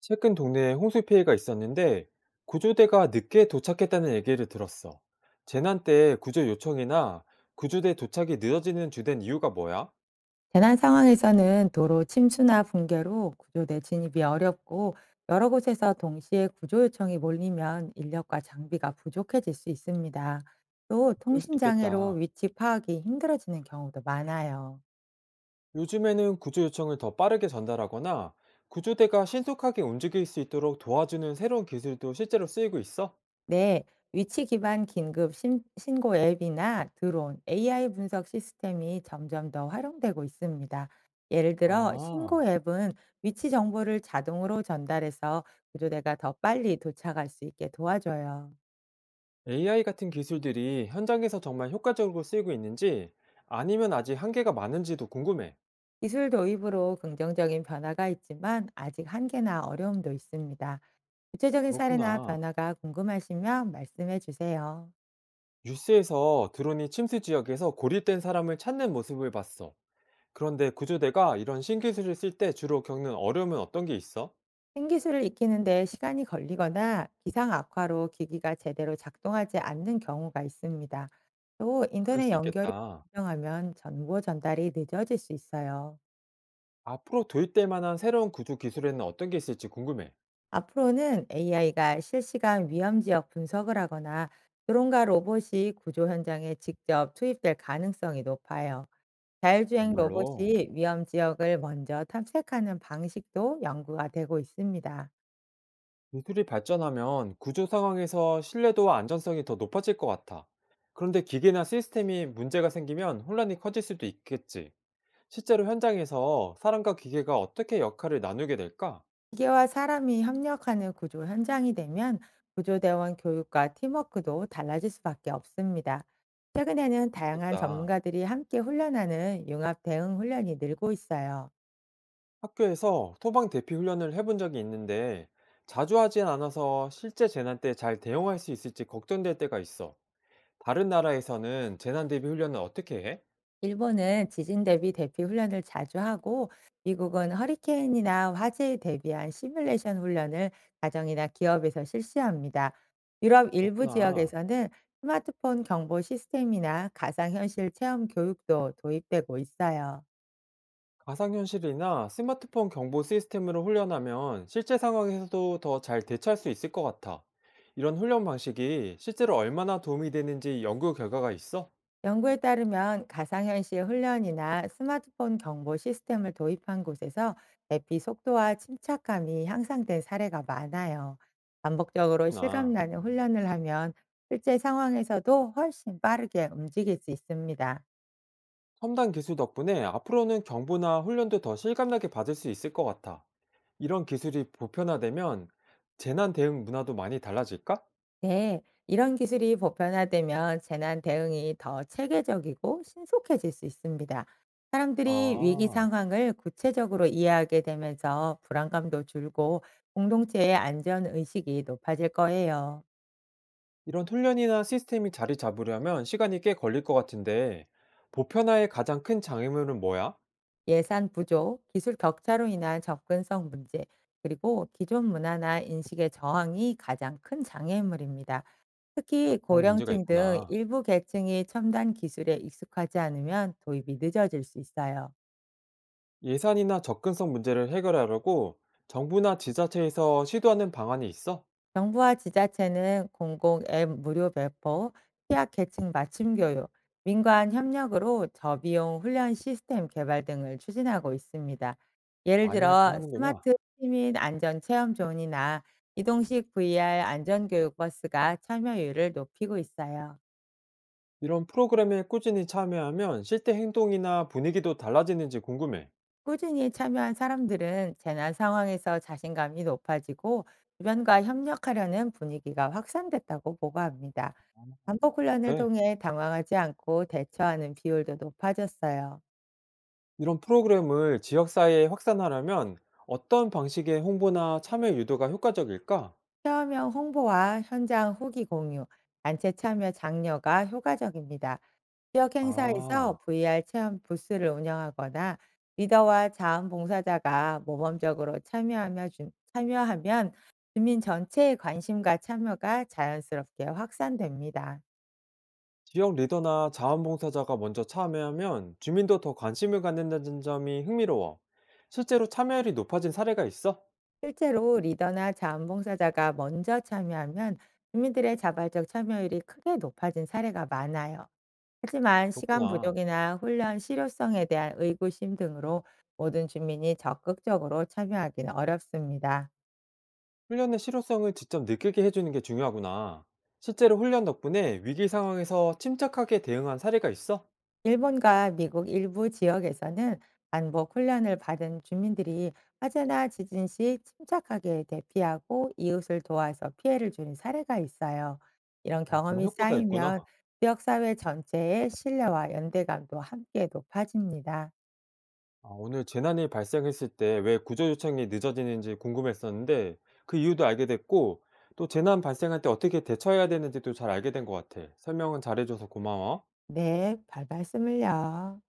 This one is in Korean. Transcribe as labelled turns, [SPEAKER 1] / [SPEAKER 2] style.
[SPEAKER 1] 최근 동네에 홍수 피해가 있었는데 구조대가 늦게 도착했다는 얘기를 들었어. 재난 때 구조 요청이나 구조대 도착이 늦어지는 주된 이유가 뭐야?
[SPEAKER 2] 재난 상황에서는 도로 침수나 붕괴로 구조대 진입이 어렵고, 여러 곳에서 동시에 구조 요청이 몰리면 인력과 장비가 부족해질 수 있습니다. 또
[SPEAKER 1] 그럴 수
[SPEAKER 2] 통신 장애로
[SPEAKER 1] 있겠다.
[SPEAKER 2] 위치 파악이 힘들어지는 경우도 많아요.
[SPEAKER 1] 요즘에는 구조 요청을 더 빠르게 전달하거나 구조대가 신속하게 움직일 수 있도록 도와주는 새로운 기술도 실제로 쓰이고 있어?
[SPEAKER 2] 네, 위치 기반 긴급 신고 앱이나 드론, AI 분석 시스템이 점점 더 활용되고 있습니다. 예를 들어 신고
[SPEAKER 1] 아,
[SPEAKER 2] 앱은 위치 정보를 자동으로 전달해서 구조대가 더 빨리 도착할 수 있게 도와줘요.
[SPEAKER 1] AI 같은 기술들이 현장에서 정말 효과적으로 쓰이고 있는지 아니면 아직 한계가 많은지도 궁금해.
[SPEAKER 2] 기술 도입으로 긍정적인 변화가 있지만, 아직 한계나 어려움도 있습니다. 구체적인 사례나
[SPEAKER 1] 그렇구나.
[SPEAKER 2] 변화가 궁금하시면 말씀해 주세요.
[SPEAKER 1] 뉴스에서 드론이 침수 지역에서 고립된 사람을 찾는 모습을 봤어. 그런데 구조대가 이런 신기술을 쓸 때 주로 겪는 어려움은 어떤 게 있어?
[SPEAKER 2] 신기술을 익히는데 시간이 걸리거나 기상 악화로 기기가 제대로 작동하지 않는 경우가 있습니다. 또
[SPEAKER 1] 그럴
[SPEAKER 2] 인터넷
[SPEAKER 1] 수
[SPEAKER 2] 연결이
[SPEAKER 1] 있겠다.
[SPEAKER 2] 불명하면 정보 전달이 늦어질 수 있어요.
[SPEAKER 1] 앞으로 도입될 만한 새로운 구조 기술에는 어떤 게 있을지 궁금해.
[SPEAKER 2] 앞으로는 AI가 실시간 위험 지역 분석을 하거나 드론과 로봇이 구조 현장에 직접 투입될 가능성이 높아요. 자율주행
[SPEAKER 1] 정말로.
[SPEAKER 2] 로봇이 위험 지역을 먼저 탐색하는 방식도 연구가 되고 있습니다.
[SPEAKER 1] 기술이 발전하면 구조 상황에서 신뢰도와 안전성이 더 높아질 것 같아. 그런데 기계나 시스템이 문제가 생기면 혼란이 커질 수도 있겠지. 실제로 현장에서 사람과 기계가 어떻게 역할을 나누게 될까?
[SPEAKER 2] 기계와 사람이 협력하는 구조 현장이 되면 구조대원 교육과 팀워크도 달라질 수밖에 없습니다. 최근에는 다양한
[SPEAKER 1] 그렇겠다.
[SPEAKER 2] 전문가들이 함께 훈련하는 융합 대응 훈련이 늘고 있어요.
[SPEAKER 1] 학교에서 토방 대피 훈련을 해본 적이 있는데 자주 하진 않아서 실제 재난 때 잘 대응할 수 있을지 걱정될 때가 있어. 다른 나라에서는 재난 대비 훈련을 어떻게 해?
[SPEAKER 2] 일본은 지진 대비 대피 훈련을 자주 하고, 미국은 허리케인이나 화재에 대비한 시뮬레이션 훈련을 가정이나 기업에서 실시합니다. 유럽 일부
[SPEAKER 1] 그렇구나.
[SPEAKER 2] 지역에서는 스마트폰 경보 시스템이나 가상현실 체험 교육도 도입되고 있어요.
[SPEAKER 1] 가상현실이나 스마트폰 경보 시스템으로 훈련하면 실제 상황에서도 더 잘 대처할 수 있을 것 같아. 이런 훈련 방식이 실제로 얼마나 도움이 되는지 연구 결과가 있어?
[SPEAKER 2] 연구에 따르면, 가상현실 훈련이나 스마트폰 경보 시스템을 도입한 곳에서 대피 속도와 침착감이 향상된 사례가 많아요. 반복적으로
[SPEAKER 1] 그렇구나.
[SPEAKER 2] 실감나는 훈련을 하면 실제 상황에서도 훨씬 빠르게 움직일 수 있습니다.
[SPEAKER 1] 첨단 기술 덕분에 앞으로는 정보나 훈련도 더 실감나게 받을 수 있을 것 같아. 이런 기술이 보편화되면 재난 대응 문화도 많이 달라질까?
[SPEAKER 2] 네, 이런 기술이 보편화되면 재난 대응이 더 체계적이고 신속해질 수 있습니다. 사람들이 위기
[SPEAKER 1] 아,
[SPEAKER 2] 상황을 구체적으로 이해하게 되면서 불안감도 줄고, 공동체의 안전 의식이 높아질 거예요.
[SPEAKER 1] 이런 훈련이나 시스템이 자리 잡으려면 시간이 꽤 걸릴 것 같은데, 보편화의 가장 큰 장애물은 뭐야?
[SPEAKER 2] 예산 부족, 기술 격차로 인한 접근성 문제, 그리고 기존 문화나 인식의 저항이 가장 큰 장애물입니다. 특히
[SPEAKER 1] 그런 문제가
[SPEAKER 2] 고령층 등
[SPEAKER 1] 있구나.
[SPEAKER 2] 일부 계층이 첨단 기술에 익숙하지 않으면 도입이 늦어질 수 있어요.
[SPEAKER 1] 예산이나 접근성 문제를 해결하려고 정부나 지자체에서 시도하는 방안이 있어?
[SPEAKER 2] 정부와 지자체는 공공 앱 무료 배포, 취약 계층 맞춤 교육, 민관 협력으로 저비용 훈련 시스템 개발 등을 추진하고 있습니다. 예를
[SPEAKER 1] 많이 하긴
[SPEAKER 2] 들어
[SPEAKER 1] 하는구나.
[SPEAKER 2] 스마트 시민 안전 체험 존이나 이동식 VR 안전 교육 버스가 참여율을 높이고 있어요.
[SPEAKER 1] 이런 프로그램에 꾸준히 참여하면 실제 행동이나 분위기도 달라지는지 궁금해.
[SPEAKER 2] 꾸준히 참여한 사람들은 재난 상황에서 자신감이 높아지고, 주변과 협력하려는 분위기가 확산됐다고 보고합니다. 반복 훈련을
[SPEAKER 1] 네.
[SPEAKER 2] 통해 당황하지 않고 대처하는 비율도 높아졌어요.
[SPEAKER 1] 이런 프로그램을 지역 사회에 확산하려면 어떤 방식의 홍보나 참여 유도가 효과적일까?
[SPEAKER 2] 체험형 홍보와 현장 후기 공유, 단체 참여 장려가 효과적입니다. 지역 행사에서
[SPEAKER 1] 아,
[SPEAKER 2] VR 체험 부스를 운영하거나 리더와 자원봉사자가 모범적으로 참여하며 참여하면 주민 전체의 관심과 참여가 자연스럽게 확산됩니다.
[SPEAKER 1] 지역 리더나 자원봉사자가 먼저 참여하면 주민도 더 관심을 갖는다는 점이 흥미로워. 실제로 참여율이 높아진 사례가 있어?
[SPEAKER 2] 실제로 리더나 자원봉사자가 먼저 참여하면 주민들의 자발적 참여율이 크게 높아진 사례가 많아요. 하지만 시간
[SPEAKER 1] 그렇구나.
[SPEAKER 2] 부족이나 훈련 실효성에 대한 의구심 등으로 모든 주민이 적극적으로 참여하기는 어렵습니다.
[SPEAKER 1] 훈련의 실효성을 직접 느끼게 해주는 게 중요하구나. 실제로 훈련 덕분에 위기 상황에서 침착하게 대응한 사례가 있어?
[SPEAKER 2] 일본과 미국 일부 지역에서는 반복 훈련을 받은 주민들이 화재나 지진 시 침착하게 대피하고 이웃을 도와서 피해를 줄인 사례가 있어요. 이런
[SPEAKER 1] 아, 정말
[SPEAKER 2] 경험이
[SPEAKER 1] 효과가 있구나.
[SPEAKER 2] 쌓이면 지역사회 전체의 신뢰와 연대감도 함께 높아집니다.
[SPEAKER 1] 아, 오늘 재난이 발생했을 때 왜 구조 요청이 늦어지는지 궁금했었는데 그 이유도 알게 됐고 또 재난 발생할 때 어떻게 대처해야 되는지도 잘 알게 된 것 같아. 설명은 잘해줘서 고마워.
[SPEAKER 2] 네, 발 말씀을요.